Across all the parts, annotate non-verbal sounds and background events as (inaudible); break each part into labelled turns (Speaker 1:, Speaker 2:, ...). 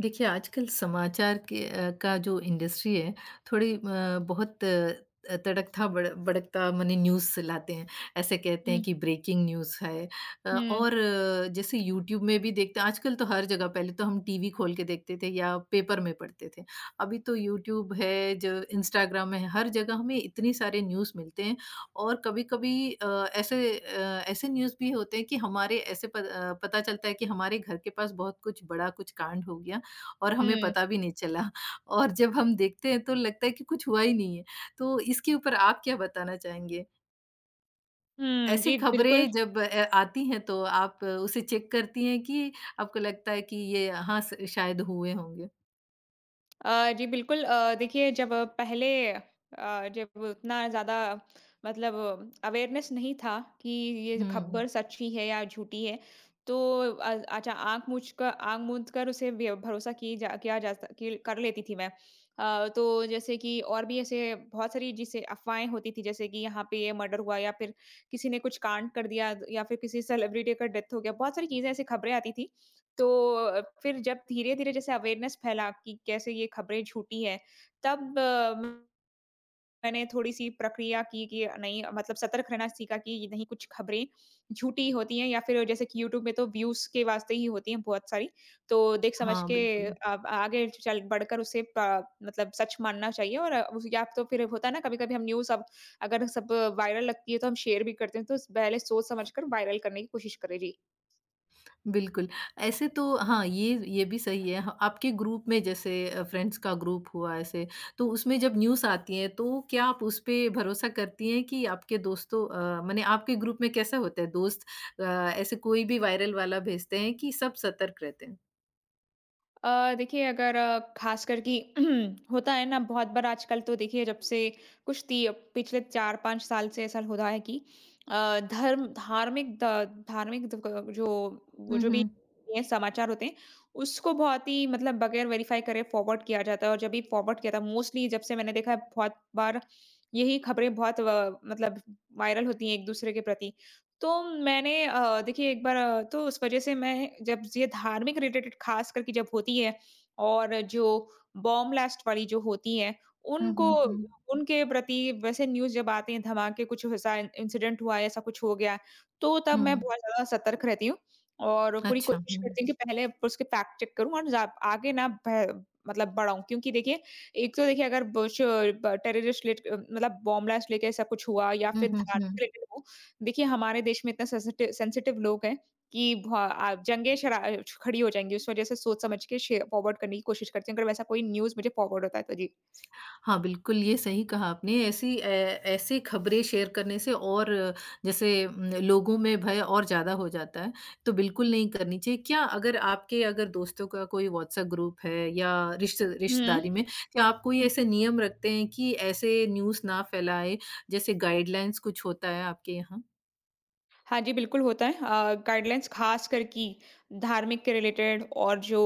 Speaker 1: देखिए, आजकल समाचार का जो इंडस्ट्री है, थोड़ी बहुत तड़कता बड़ भड़कता मने न्यूज़ से लाते हैं। ऐसे कहते हैं
Speaker 2: हुँ,
Speaker 1: कि ब्रेकिंग न्यूज़ है
Speaker 2: हुँ,
Speaker 1: और जैसे यूट्यूब में भी देखते हैं आजकल तो हर जगह पहले तो हम टीवी खोल के देखते थे या पेपर में पढ़ते थे। अभी तो यूट्यूब है, जो इंस्टाग्राम है, हर जगह हमें इतने सारे न्यूज़ मिलते हैं और कभी-कभी ऐसे ऐसे न्यूज़ भी होते हैं कि हमारे ऐसे पता चलता है कि हमारे घर के पास बहुत कुछ बड़ा कुछ कांड हो गया और हमें
Speaker 2: हुँ,
Speaker 1: पता भी नहीं चला और जब हम देखते हैं तो लगता है कि कुछ हुआ ही नहीं है। तो इसके ऊपर आप क्या बताना चाहेंगे?
Speaker 2: हुँ,
Speaker 1: ऐसी
Speaker 2: जी, बिल्कुल।
Speaker 1: खबरें जब आती हैं तो आप उसे चेक करती हैं कि आपको लगता है कि ये हाँ, स शायद हुए होंगे?
Speaker 2: जी, बिल्कुल देखिए जब पहले जब उतना ज़्यादा मतलब अवेयरनेस नहीं था कि ये
Speaker 1: हुँ।
Speaker 2: खबर सच्ची है या झूठी है, तो अ, अच्छा आँख मूछ क आँख मूंद कर उसे व्य भरोसा की जा किया जा स कि कर लेती थी मैं। तो जैसे कि और भी ऐसे बहुत सारी जैसे अफ़वाहें होती थी जैसे कि यहाँ पे ये मर्डर हुआ या फिर किसी ने कुछ कांड कर दिया या फिर किसी सेलिब्रिटी का डेथ हो गया, बहुत सारी चीज़ें ऐसी खबरें आती थी। तो फिर जब धीरे-धीरे जैसे अवेयरनेस फैला कि कैसे ये खबरें झूठी है, तब मैंने थोड़ी-सी प्रक्रिया की कि नहीं मतलब सतर्क रहना सीखा कि ये नहीं कुछ खबरें झूठी होती हैं या फिर जैसे कि यूट्यूब में तो व्यूज़ के वास्ते ही होती हैं बहुत सारी, तो देख समझ
Speaker 1: हाँ,
Speaker 2: के
Speaker 1: बिल्कुल।
Speaker 2: अब आगे चल बढ़कर उसे प मतलब सच मानना चाहिए और उस या तो फिर होता है ना कभी-कभी हम न्यूज़ अब अगर सब वायरल लगती है तो हम शेयर भी करते हैं, तो पहले सोच समझ कर वायरल करने की कोशिश करें। जी।
Speaker 1: बिल्कुल, ऐसे तो हाँ, ये भी सही है। ह आपके ग्रुप में जैसे फ्रेंड्स का ग्रुप हुआ ऐसे, तो उसमें जब न्यूज़ आती है, तो क्या आप उस पे भरोसा करती हैं कि आपके दोस्तों माने आपके ग्रुप में कैसा होता है दोस्त अ, ऐसे कोई भी वायरल वाला भेजते हैं कि सब सतर्क रहते हैं?
Speaker 2: देखिए अगर ख़ासकर कि (clears throat) होता है ना बहुत बार आजकल तो देखिए जब से कुछ ती पिछले 4-5 साल से ऐसा हो रहा है कि धर्म धार्मिक द क जो वो
Speaker 1: हुँ,
Speaker 2: जो भी
Speaker 1: हुँ।
Speaker 2: ये समाचार होते हैं, उसको बहुत ही मतलब बगैर वेरीफ़ाई करे फ़ॉरवर्ड किया जाता है और जब भी फ़ॉरवर्ड किया था मोस्टली जब से मैंने देखा है बहुत बार यही ख़बरें बहुत व मतलब वायरल होती हैं एक-दूसरे के प्रति। तो मैंने देखिए एक बार तो उस वज़ह से मैं जब ये धार्मिक रिलेटेड ख़ास करके जब होती है और जो बॉम्ब ब्लास्ट वाली जो होती है,
Speaker 1: हुँ,
Speaker 2: उनको
Speaker 1: हुँ, हुँ।
Speaker 2: उनके प्रति वैसे न्यूज़ जब आती है धमाके कुछ ऐसा इंसिडेंट हुआ है, ऐसा कुछ हो गया, है, तो तब मैं
Speaker 1: हुँ।
Speaker 2: बहुत ज़्यादा सतर्क रहती हूँ और पूरी
Speaker 1: अच्छा,
Speaker 2: कोशिश
Speaker 1: हुँ।
Speaker 2: करती हूँ कि पहले उसके फैक्ट चेक करूँ और जा आगे ना भ मतलब बढ़ाऊँ क्योंकि देखिए, एक तो देखिए अगर बुश ब टेररिस्ट रिलेट मतलब बॉम्ब ब्लास्ट लेके ऐसा कुछ हुआ या
Speaker 1: हुँ,
Speaker 2: फिर
Speaker 1: हुँ,
Speaker 2: धार्मिक
Speaker 1: हुँ।
Speaker 2: रिलेटेड हो देखिए, हमारे देश में इतने सेंसिटिव सेंसिटिव लोग हैं कि भा आ खड़ी हो जाएँगी, इस वजह से सोच समझ के शे फॉरवर्ड करने की कोशिश करती हूँ, अगर वैसा कोई न्यूज़ मुझे फॉरवर्ड होता है तो। जी।
Speaker 1: हाँ, बिल्कुल, ये सही कहा आपने। ऐसी ए ऐसे खबरें शेयर करने से और जैसे लोगों में भय और ज़्यादा हो जाता है, तो बिल्कुल नहीं करनी चाहिए। क्या अगर आपके अगर दोस्तों का कोई व्हाट्सएप ग्रुप है या
Speaker 2: हुँ।
Speaker 1: रिश्तेदारी में, क्या आप कोई ऐसे नियम रखते हैं कि ऐसे न्यूज़ ना फैलाएँ? जैसे गाइडलाइन्स कुछ होता है आपके यहाँ?
Speaker 2: हाँ जी, बिल्कुल होता है। गाइडलाइंस ख़ासकर कि धार्मिक के रिलेटेड और जो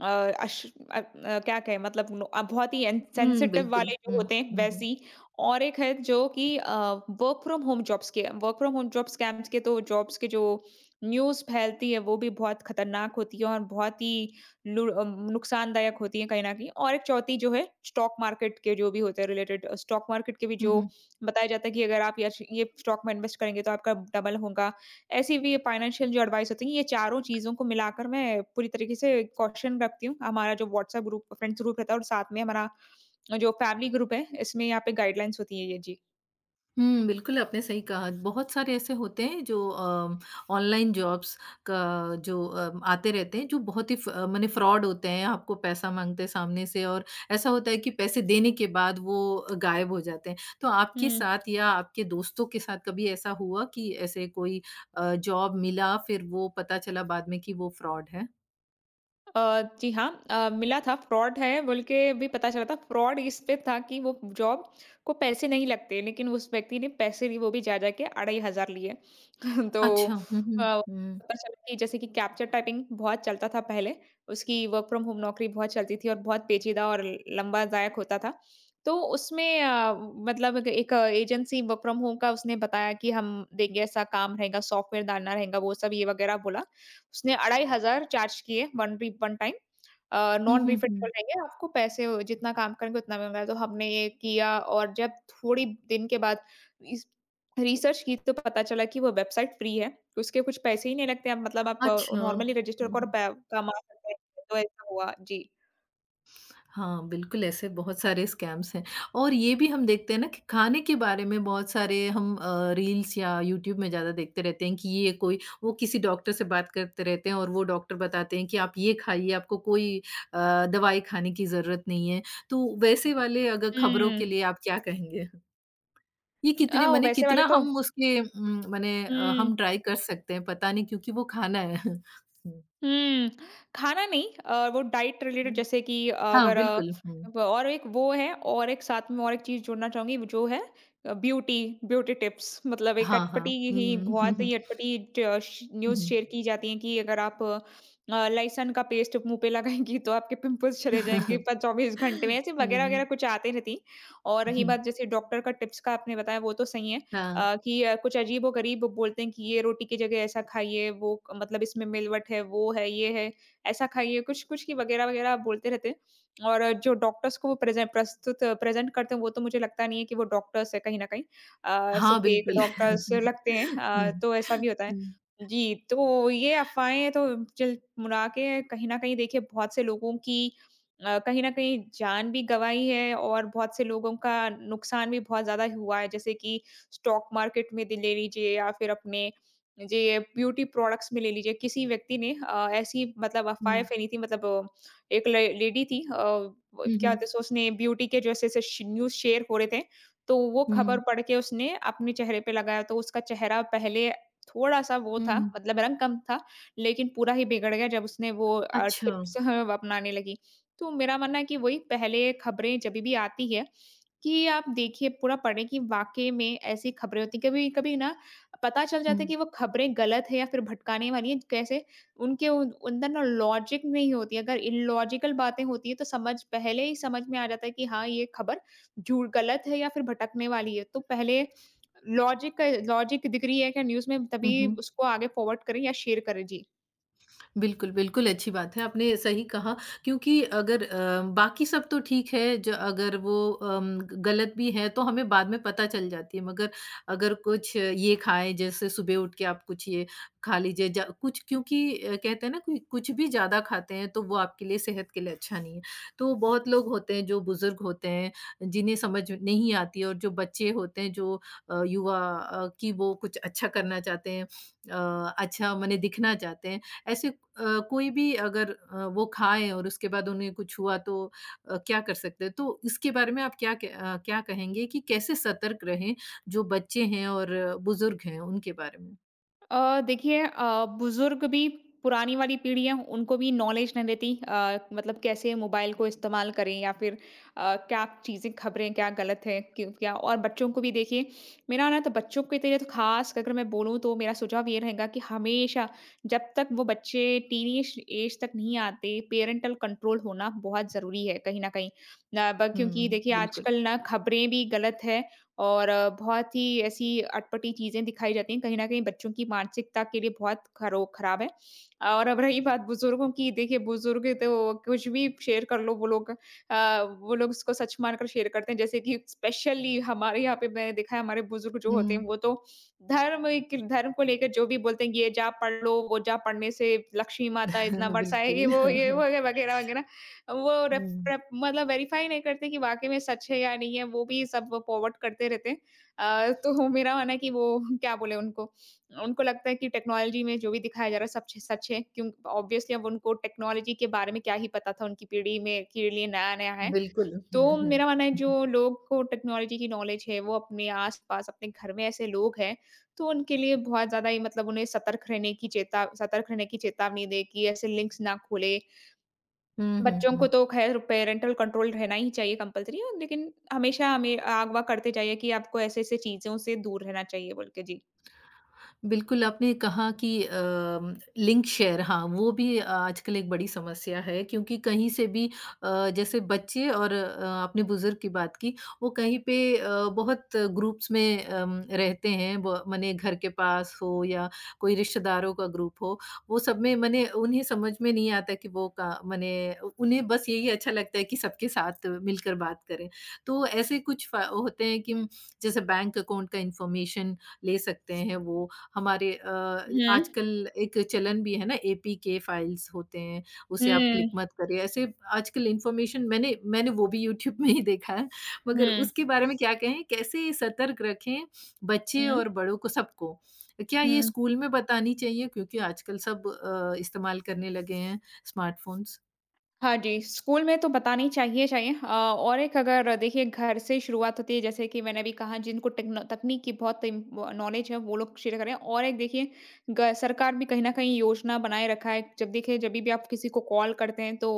Speaker 2: अ, अश क्या कहें मतलब बहुत ही
Speaker 1: हुँ,
Speaker 2: इनसेंसिटिव
Speaker 1: बिल्कुल।
Speaker 2: वाले जो
Speaker 1: हुँ,
Speaker 2: होते हैं
Speaker 1: हुँ, हुँ।
Speaker 2: वैसी और एक है जो कि work from home job scams के तो जॉब्स के जो न्यूज़ फैलती है वो भी बहुत ख़तरनाक होती है और बहुत ही नुकसानदायक होती है कहीं न कहीं और एक चौथी जो है स्टॉक मार्केट के जो भी होते हैं रिलेटेड स्टॉक मार्केट के भी
Speaker 1: हुँ,
Speaker 2: जो
Speaker 1: हुँ।
Speaker 2: बताया जाता है कि अगर आप यश ये स्टॉक में इन्वेस्ट करेंगे तो आपका डबल होगा। ऐसी भी फाइनेंशियल जो एडवाइस होती है, ये चारों चीज़ों को मिलाकर मैं पूरी तरीके से कॉशन रखती हूँ। हमारा जो व्हाट्सएप ग्रुप फ्रेंड्स ग्रुप रहता है और साथ में हमारा जो फैमिली ग्रुप है, इसमें यहाँ पे गाइडलाइंस होती है ये। जी।
Speaker 1: हुँ, बिल्कुल आपने सही कहा। बहुत सारे ऐसे होते हैं जो ऑनलाइन जॉब्स का जो आते रहते हैं जो बहुत ही फ मने फ्रॉड होते हैं, आपको पैसा माँगते हैं सामने से और ऐसा होता है कि पैसे देने के बाद वो गायब हो जाते हैं। तो आपके
Speaker 2: हुँ।
Speaker 1: साथ या आपके दोस्तों के साथ कभी ऐसा हुआ कि ऐसे कोई जॉब मिला फिर वो पता चला बाद में कि वो फ्रॉड है?
Speaker 2: अ, जी हाँ, मिला था फ्रॉड है बोल के भी पता चला था। फ्रॉड इस पे था कि वो जॉब को पैसे नहीं लगते, लेकिन उस व्यक्ति ने पैसे लिए वो भी जा-जा के 2500 लिए। (laughs) तो
Speaker 1: अच्छा। हुँ, हुँ।
Speaker 2: अ,
Speaker 1: हुँ।
Speaker 2: पता चला कि जैसे कि कैप्चर टाइपिंग बहुत चलता था पहले, उसकी वर्क फ्रॉम होम नौकरी बहुत चलती थी और बहुत पेचीदा और लंबा जायक होता था। तो उसमें मतलब एक एक अ, एजेंसी वर्क फ्रॉम होम का उसने बताया कि हम देंगे ऐसा काम रहेगा, सॉफ्टवेयर डालना रहेगा, वो सब ये वगैरह बोला। उसने 2500 चार्ज किए वन टाइम।
Speaker 1: हुँ,
Speaker 2: नॉन
Speaker 1: हुँ,
Speaker 2: रिफंडेबल
Speaker 1: हुँ।
Speaker 2: रहेंगे, आपको पैसे जितना काम करेंगे उतना मिल रहा है। तो हमने ये किया और जब थोड़ी दिन के बाद इस रिसर्च की तो पता चला कि वो वेबसाइट फ्री है, उसके कुछ पैसे ही नहीं लगते अब मतलब आप
Speaker 1: अच्छा।
Speaker 2: नॉर्मली रजिस्टर
Speaker 1: हुँ,
Speaker 2: कर
Speaker 1: हुँ।
Speaker 2: पै कमा सकते हैं, तो ऐसा हुआ। जी।
Speaker 1: हाँ, बिल्कुल ऐसे बहुत सारे स्कैम्स हैं और ये भी हम देखते हैं ना कि खाने के बारे में बहुत सारे हम रील्स या यूट्यूब में ज़्यादा देखते रहते हैं कि ये कोई वो किसी डॉक्टर से बात करते रहते हैं और वो डॉक्टर बताते हैं कि आप ये खाइए, आपको कोई दवाई खाने की ज़रूरत नहीं है। तो वैसे वाले अगर खबरों
Speaker 2: हुँ।
Speaker 1: के लिए आप क्या कहेंगे? ये कितने मने
Speaker 2: वैसे वाले
Speaker 1: कितना
Speaker 2: तो
Speaker 1: हम उसके मने हम
Speaker 2: हुँ।
Speaker 1: ट्राई कर सकते हैं, पता नहीं क्योंकि वो खाना है। (laughs) हुँ,
Speaker 2: हुँ, खाना नहीं वो डाइट रिलेटेड
Speaker 1: हुँ।
Speaker 2: जैसे कि
Speaker 1: हाँ,
Speaker 2: अगर
Speaker 1: बिल्कुल। हुँ।
Speaker 2: ब और एक वो है और एक साथ में और एक चीज़ जोड़ना चाहूँगी वो जो है ब्यूटी ब्यूटी टिप्स मतलब एक
Speaker 1: हाँ, हाँ।
Speaker 2: अटपटी ही
Speaker 1: हुँ, हुँ,
Speaker 2: बहुत
Speaker 1: हुँ,
Speaker 2: ही अटपटी ट श न्यूज़
Speaker 1: हुँ।
Speaker 2: शेयर की जाती है कि अगर आप लहसुन का पेस्ट मुँह पे लगाएँगी तो आपके पिंपल्स चले जाएँगे
Speaker 1: (laughs)
Speaker 2: प 24 घंटे में, ऐसे वगैरह-वगैरह
Speaker 1: हुँ,
Speaker 2: कुछ आते रहती हैं। और रही
Speaker 1: हुँ।
Speaker 2: बात जैसे डॉक्टर का टिप्स का आपने बताया वो तो सही है।
Speaker 1: हाँ,
Speaker 2: कि कुछ अजीबो-गरीब बोलते हैं कि ये रोटी की जगह ऐसा खाइए, वो क मतलब इसमें मिलवट है, वो है, ये है, ऐसा खाइए, कुछ-कुछ की वगैरह-वगैरह बोलते रहते हैं। और जो डॉक्टर्स को वो प्रेज़ेंट करते हैं, वो तो मुझे लगता नहीं है कि वो डॉक्टर्स है कहीं न कहीं। सब
Speaker 1: हाँ,
Speaker 2: फेक डॉक्टर्स
Speaker 1: बिल्कुल।
Speaker 2: लगते हैं
Speaker 1: हुँ,
Speaker 2: तो ऐसा भी होता है।
Speaker 1: हुँ,
Speaker 2: जी, तो ये अफ़वाहें तो चल मुड़ा के कहीं न कहीं देखिए बहुत से लोगों की कहीं न कहीं जान भी गँवाई है और बहुत से लोगों का नुकसान भी बहुत ज़्यादा हुआ है। जैसे कि स्टॉक मार्केट में दे ले लीजिए या फिर अपने जी ये ब्यूटी प्रोडक्ट्स में ले लीजिए किसी व्यक्ति ने ऐसी मतलब अफवाहें
Speaker 1: हुँ,
Speaker 2: फैली थी मतलब एक लेडी थी वो
Speaker 1: हुँ,
Speaker 2: क्या
Speaker 1: हुँ,
Speaker 2: होता है सो उसने ब्यूटी के जैसे ऐसे न्यूज शेयर हो रहे थे तो वो खबर
Speaker 1: हुँ,
Speaker 2: पढ़ के उसने अपने चेहरे पे लगाया तो उसका चेहरा पहले थोड़ा सा वो
Speaker 1: हुँ।
Speaker 2: था मतलब रंग कम था लेकिन पूरा ही बिगड़ गया जब उसने वो
Speaker 1: अच्छा।
Speaker 2: टिप्स (laughs) अपनाने लगी तो मेरा मानना है कि वही पहले खबरें जब भी आती है कि आप देखिए पूरा पढ़ें कि वाक़ई में ऐसी खबरें होती हैं। कभी-कभी ना पता चल जाता है
Speaker 1: हुँ,
Speaker 2: कि वो खबरें गलत है या फिर भटकाने वाली हैं। कैसे? उनके उन अंदर ना लॉजिक नहीं होती है। अगर इलॉजिकल बातें होती हैं तो समझ पहले ही समझ में आ जाता है कि हाँ, ये खबर झूठ गलत है या फिर भटकने वाली है। तो पहले लॉजिक लॉजिक दिख रही है क्या न्यूज़ में
Speaker 1: हुँ,
Speaker 2: तभी
Speaker 1: हुँ।
Speaker 2: उसको आगे फॉरवर्ड करें या शेयर करें। जी।
Speaker 1: बिल्कुल, बिल्कुल अच्छी बात है, आपने सही कहा क्योंकि अगर बाकी सब तो ठीक है ज अगर वो गलत भी है तो हमें बाद में पता चल जाती है मगर अगर कुछ ये खाएँ जैसे सुबह उठ के आप कुछ ये खा लीजिए ज कुछ क्योंकि कहते हैं ना कि कुछ भी ज़्यादा खाते हैं तो वो आपके लिए सेहत के लिए अच्छा नहीं है। तो बहुत लोग होते हैं जो बुज़ुर्ग होते हैं, जिन्हें समझ नहीं आती है और जो बच्चे होते हैं जो युवा कि वो कुछ अच्छा करना चाहते हैं अच्छा माने दिखना चाहते हैं ऐसे कोई भी अगर वो खाएँ और उसके बाद उन्हें कुछ हुआ तो क्या कर सकते हैं? तो इसके बारे में आप क्या कहेंगे कि कैसे सतर्क रहें जो बच्चे हैं और बुज़ुर्ग हैं उनके बारे में?
Speaker 2: देखिए बुज़ुर्ग भी पुरानी वाली पीढ़ी है, उनको भी नॉलेज नहीं रहती मतलब कैसे मोबाइल को इस्तेमाल करें या फिर क्या चीज़ें खबरें क्या गलत है, क्यों क्या और बच्चों को भी देखिए मेरा ना तो बच्चों के लिए तो ख़ास अगर मैं बोलूँ तो मेरा सुझाव ये रहेगा कि हमेशा जब तक वो बच्चे टीनेज एज तक नहीं आते, पेरेंटल कंट्रोल होना बहुत ज़रूरी है कहीं न कहीं। ना ब क्योंकि
Speaker 1: हुँ।
Speaker 2: देखिए
Speaker 1: बिल्कुल।
Speaker 2: आजकल ना खबरें भी गलत है और बहुत ही ऐसी अटपटी चीज़ें दिखाई जाती हैं, कहीं न कहीं बच्चों की मानसिकता के लिए बहुत खरो खराब है। और अब रही बात बुज़ुर्गों की, देखिए बुज़ुर्ग तो कुछ भी शेयर कर लो वो लोग उसको सच मानकर शेयर करते हैं। जैसे कि स्पेशली हमारे यहाँ पे मैंने देखा है हमारे बुज़ुर्ग जो होते हैं
Speaker 1: हुँ।
Speaker 2: वो तो धर्म को लेकर जो भी बोलते हैं, ये जा पढ़ लो, वो जा पढ़ने से लक्ष्मी माता इतना
Speaker 1: (laughs)
Speaker 2: बरसाएगी,
Speaker 1: बिल्कुल।
Speaker 2: वो
Speaker 1: हाँ,
Speaker 2: ये वो
Speaker 1: हाँ।
Speaker 2: वगैरह-वगैरह वो रेफ
Speaker 1: हुँ।
Speaker 2: रेफ मतलब वेरीफाई नहीं करते कि वाक़ई में सच है या नहीं है, वो भी सब फॉरवर्ड करते रहते हैं। तो (laughs) मेरा मानना है कि वो (laughs) क्या बोले उनको, उनको लगता है कि टेक्नोलॉजी में जो भी दिखाया जा रहा है सब छ सच है, क्यों ऑब्वियसली अब उनको टेक्नोलॉजी के बारे में क्या ही पता था उनकी पीढ़ी में के लिए नया-नया है।
Speaker 1: बिल्कुल। हुँ,
Speaker 2: तो
Speaker 1: हुँ। हुँ,
Speaker 2: मेरा मानना है
Speaker 1: हुँ।
Speaker 2: जो लोग को टेक्नोलॉजी की नॉलेज है, वो अपने आस-पास अपने घर में ऐसे लोग हैं, तो उनके लिए बहुत ज़्यादा ही मतलब उन्हें सतर्क रहने की चेतावनी दें कि ऐसे लिंक्स ना खोलें
Speaker 1: हुँ, हुँ,
Speaker 2: बच्चों को
Speaker 1: हुँ।
Speaker 2: तो ख़ैर पैरेंटल कंट्रोल रहना ही चाहिए कंपल्सरी और लेकिन हमेशा हमें अगवा करते जाइए कि आपको ऐसे-ऐसे चीज़ों से दूर रहना चाहिए बोल के। जी।
Speaker 1: बिल्कुल, आपने कहा कि लिंक शेयर हाँ, वो भी आजकल एक बड़ी समस्या है क्योंकि कहीं से भी जैसे बच्चे और आपने बुज़ुर्ग की बात की, वो कहीं पे बहुत ग्रुप्स में रहते हैं ब मने घर के पास हो या कोई रिश्तेदारों का ग्रुप हो, वो सब में मने उन्हें समझ में नहीं आता कि वो का मने उ उन्हें बस यही अच्छा लगता है कि सबके साथ मिलकर बात करें। तो ऐसे कुछ फ़ा होते हैं कि जैसे बैंक अकाउंट का इन्फॉर्मेशन ले सकते हैं वो हमारे
Speaker 2: हुँ।
Speaker 1: आजकल एक चलन भी है ना एपीके फाइल्स होते हैं, उसे आप क्लिक
Speaker 2: हुँ।
Speaker 1: मत करिए। ऐसे आजकल इन्फॉर्मेशन मैंने मैंने वो भी यूट्यूब में ही देखा है, मगर
Speaker 2: हुँ।
Speaker 1: उसके बारे में क्या कहें, कैसे सतर्क रखें बच्चे
Speaker 2: हुँ।
Speaker 1: और बड़ों को सबको? क्या ये
Speaker 2: हुँ।
Speaker 1: स्कूल में बतानी चाहिए क्योंकि आजकल सब इस्तेमाल करने लगे हैं स्मार्टफ़ोन्स?
Speaker 2: हाँ जी, स्कूल में तो बतानी चाहिए चाहिए और एक अगर देखिए घर से शुरुआत होती है जैसे कि मैंने अभी कहा जिनको टेक्नो तकनीक की बहुत इम नॉलेज है वो लोग शेयर करें और एक देखिए ग सरकार भी कहीं न कहीं योजना बनाए रखा है। जब देखिए जभी भी आप किसी को कॉल करते हैं तो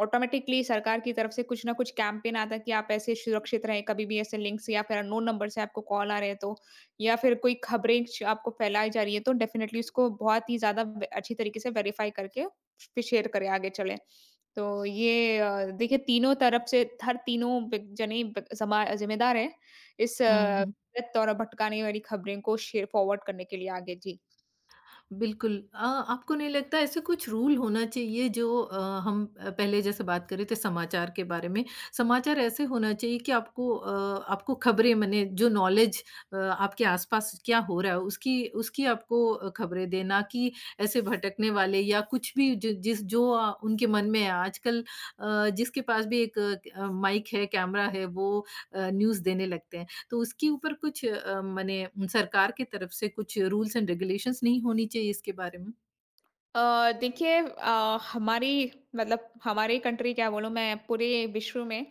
Speaker 2: ऑटोमेटिकली सरकार की तरफ से कुछ ना कुछ कैंपेन आता है कि आप ऐसे सुरक्षित रहें, कभी भी ऐसे लिंक से या फिर अननोन नंबर से आपको कॉल आ रहे हैं तो या फिर कोई खबरें च आपको फैलाई जा रही है तो डेफ़िनेटली उसको बहुत ही ज़्यादा ब अच्छी तरीके से वेरीफ़ाई करके फिर शेयर करें आगे चले। तो ये देखिए तीनों तरफ से हर तीनों बे जने ब समा जिम्मेदार हैं इस
Speaker 1: हुँ, हुँ।
Speaker 2: गलत और भटकाने वाली खबरें को शेयर फॉरवर्ड करने के लिए आगे। जी।
Speaker 1: बिल्कुल। आपको नहीं लगता ऐसे कुछ रूल होना चाहिए जो हम पहले जैसे बात कर रहे थे समाचार के बारे में, समाचार ऐसे होना चाहिए कि आपको खबरें मने जो नॉलेज आपके आस-पास क्या हो रहा है उसकी उसकी आपको खबरें दें, ना कि ऐसे भटकने वाले या कुछ भी ज जिस जो अ, उनके मन में है। आजकल जिसके पास भी एक माइक है, कैमरा है, वो न्यूज़ देने लगते हैं। तो उसके ऊपर कुछ माने सरकार की तरफ से कुछ रूल्स एंड रेगुलेशंस नहीं होनी चाहिए इसके बारे में?
Speaker 2: देखिए हमारी मतलब हमारी कंट्री क्या बोलूँ मैं पूरे विश्व में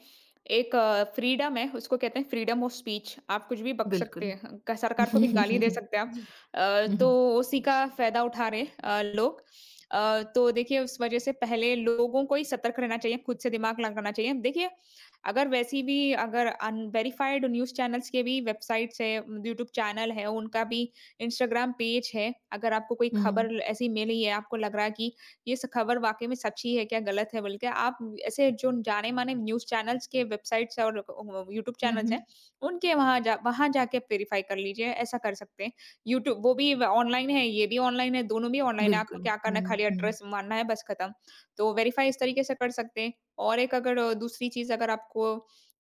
Speaker 2: एक फ्रीडम है उसको कहते हैं फ्रीडम ऑफ स्पीच आप कुछ भी बक सकते
Speaker 1: बिल्कुल।
Speaker 2: हैं सरकार को भी गाली दे
Speaker 1: (laughs)
Speaker 2: सकते हैं आप
Speaker 1: हुँ, हुँ,
Speaker 2: तो
Speaker 1: हुँ,
Speaker 2: उसी का फायदा उठा रहे लोग तो देखिए उस वजह से पहले लोगों को ही सतर्क रहना चाहिए खुद से दिमाग लगाना चाहिए देखिए अगर वैसी भी अगर अनवेरिफाइड न्यूज़ चैनल्स के भी वेबसाइट्स है यूट्यूब चैनल है उनका भी इंस्टाग्राम पेज है, अगर आपको कोई
Speaker 1: हुँ,
Speaker 2: खबर
Speaker 1: हुँ,
Speaker 2: ल ऐसी मिली है, आपको लग रहा है कि ये स खबर वाक़ई में सच्ची है क्या, गलत है बोल के, आप ऐसे जो जाने-माने न्यूज़ चैनल्स के वेबसाइट्स और यूट्यूब
Speaker 1: हुँ,
Speaker 2: चैनल्स
Speaker 1: हुँ,
Speaker 2: हैं, उनके वहाँ जाके वेरीफ़ाई कर लीजिए, ऐसा कर सकते हैं। यूट्यूब वो भी व ऑनलाइन है, ये भी ऑनलाइन है, दोनों भी
Speaker 1: (laughs)
Speaker 2: ऑनलाइन है, आपको
Speaker 1: बिल्कुल।
Speaker 2: क्या करना
Speaker 1: हुँ,
Speaker 2: है, खाली
Speaker 1: हुँ,
Speaker 2: एड्रेस मानना है, बस खत्म। तो वेरीफ़ाई इस तरीके से कर सकते हैं और एक अगर दूसरी चीज़ अगर आपको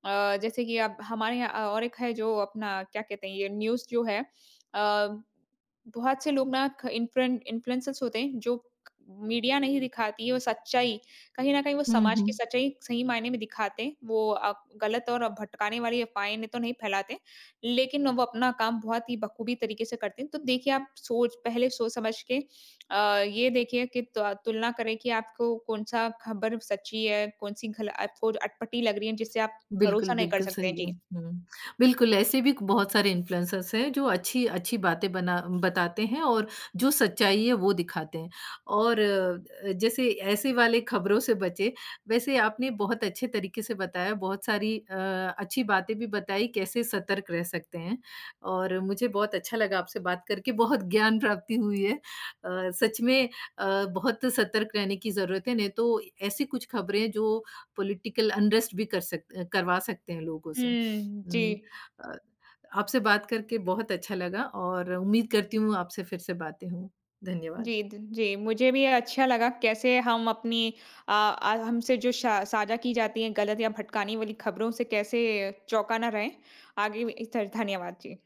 Speaker 2: जैसे कि अब हमारे यहाँ और एक है जो अपना क्या कहते हैं, ये न्यूज़ जो है अ, बहुत से लोग ना ख इन्फ्लुएन इन्फ्लुएंसर्स होते हैं जो मीडिया नहीं दिखाती है वो सच्चाई कहीं न कहीं वो
Speaker 1: हुँ,
Speaker 2: समाज की
Speaker 1: हुँ।
Speaker 2: सच्चाई सही मायने में दिखाते हैं। वो गलत और भटकाने वाली अफ़वाहें तो नहीं फैलाते, लेकिन वो अपना काम बहुत ही बखूबी तरीके से करते हैं। तो देखिए आप सोच समझ के ये देखिए कि त तुलना करें कि आपको कौन-सा खबर सच्ची है, कौन-सी घल आपको अटपटी लग रही है जिससे आप भरोसा
Speaker 1: बिल्कुल,
Speaker 2: नहीं कर
Speaker 1: बिल्कुल
Speaker 2: सकते हैं।
Speaker 1: सही है।
Speaker 2: जी।
Speaker 1: हुँ। बिल्कुल, ऐसे भी बहुत सारे इन्फ्लुएंसर्स हैं जो अच्छी अच्छी बातें बना बताते हैं और जो सच्चाई है वो दिखाते हैं। और जैसे ऐसे वाले खबरों से बचें, वैसे आपने बहुत अच्छे तरीके से बताया, बहुत सारी अच्छी बातें भी बताई कैसे सतर्क रह सकते हैं। और मुझे बहुत अच्छा लगा आपसे बात करके, बहुत ज्ञान प्राप्ति हुई है। सच में बहुत सतर्क रहने की ज़रूरत है, नहीं तो ऐसी कुछ खबरें जो पॉलिटिकल अनरेस्ट भी कर सक करवा सकते हैं लोगों से।
Speaker 2: हुँ, जी।
Speaker 1: अ, आपसे बात करके बहुत अच्छा लगा और उम्मीद करती हूँ आपसे फिर से बातें हों।
Speaker 2: जी,
Speaker 1: धन्यवाद।
Speaker 2: द जी, मुझे भी अच्छा लगा कैसे हम अपनी हमसे जो शा साझा की जाती है गलत या भटकाने वाली खबरों से कैसे चौंका ना रहें। आगे भी इस तर धन्यवाद। जी।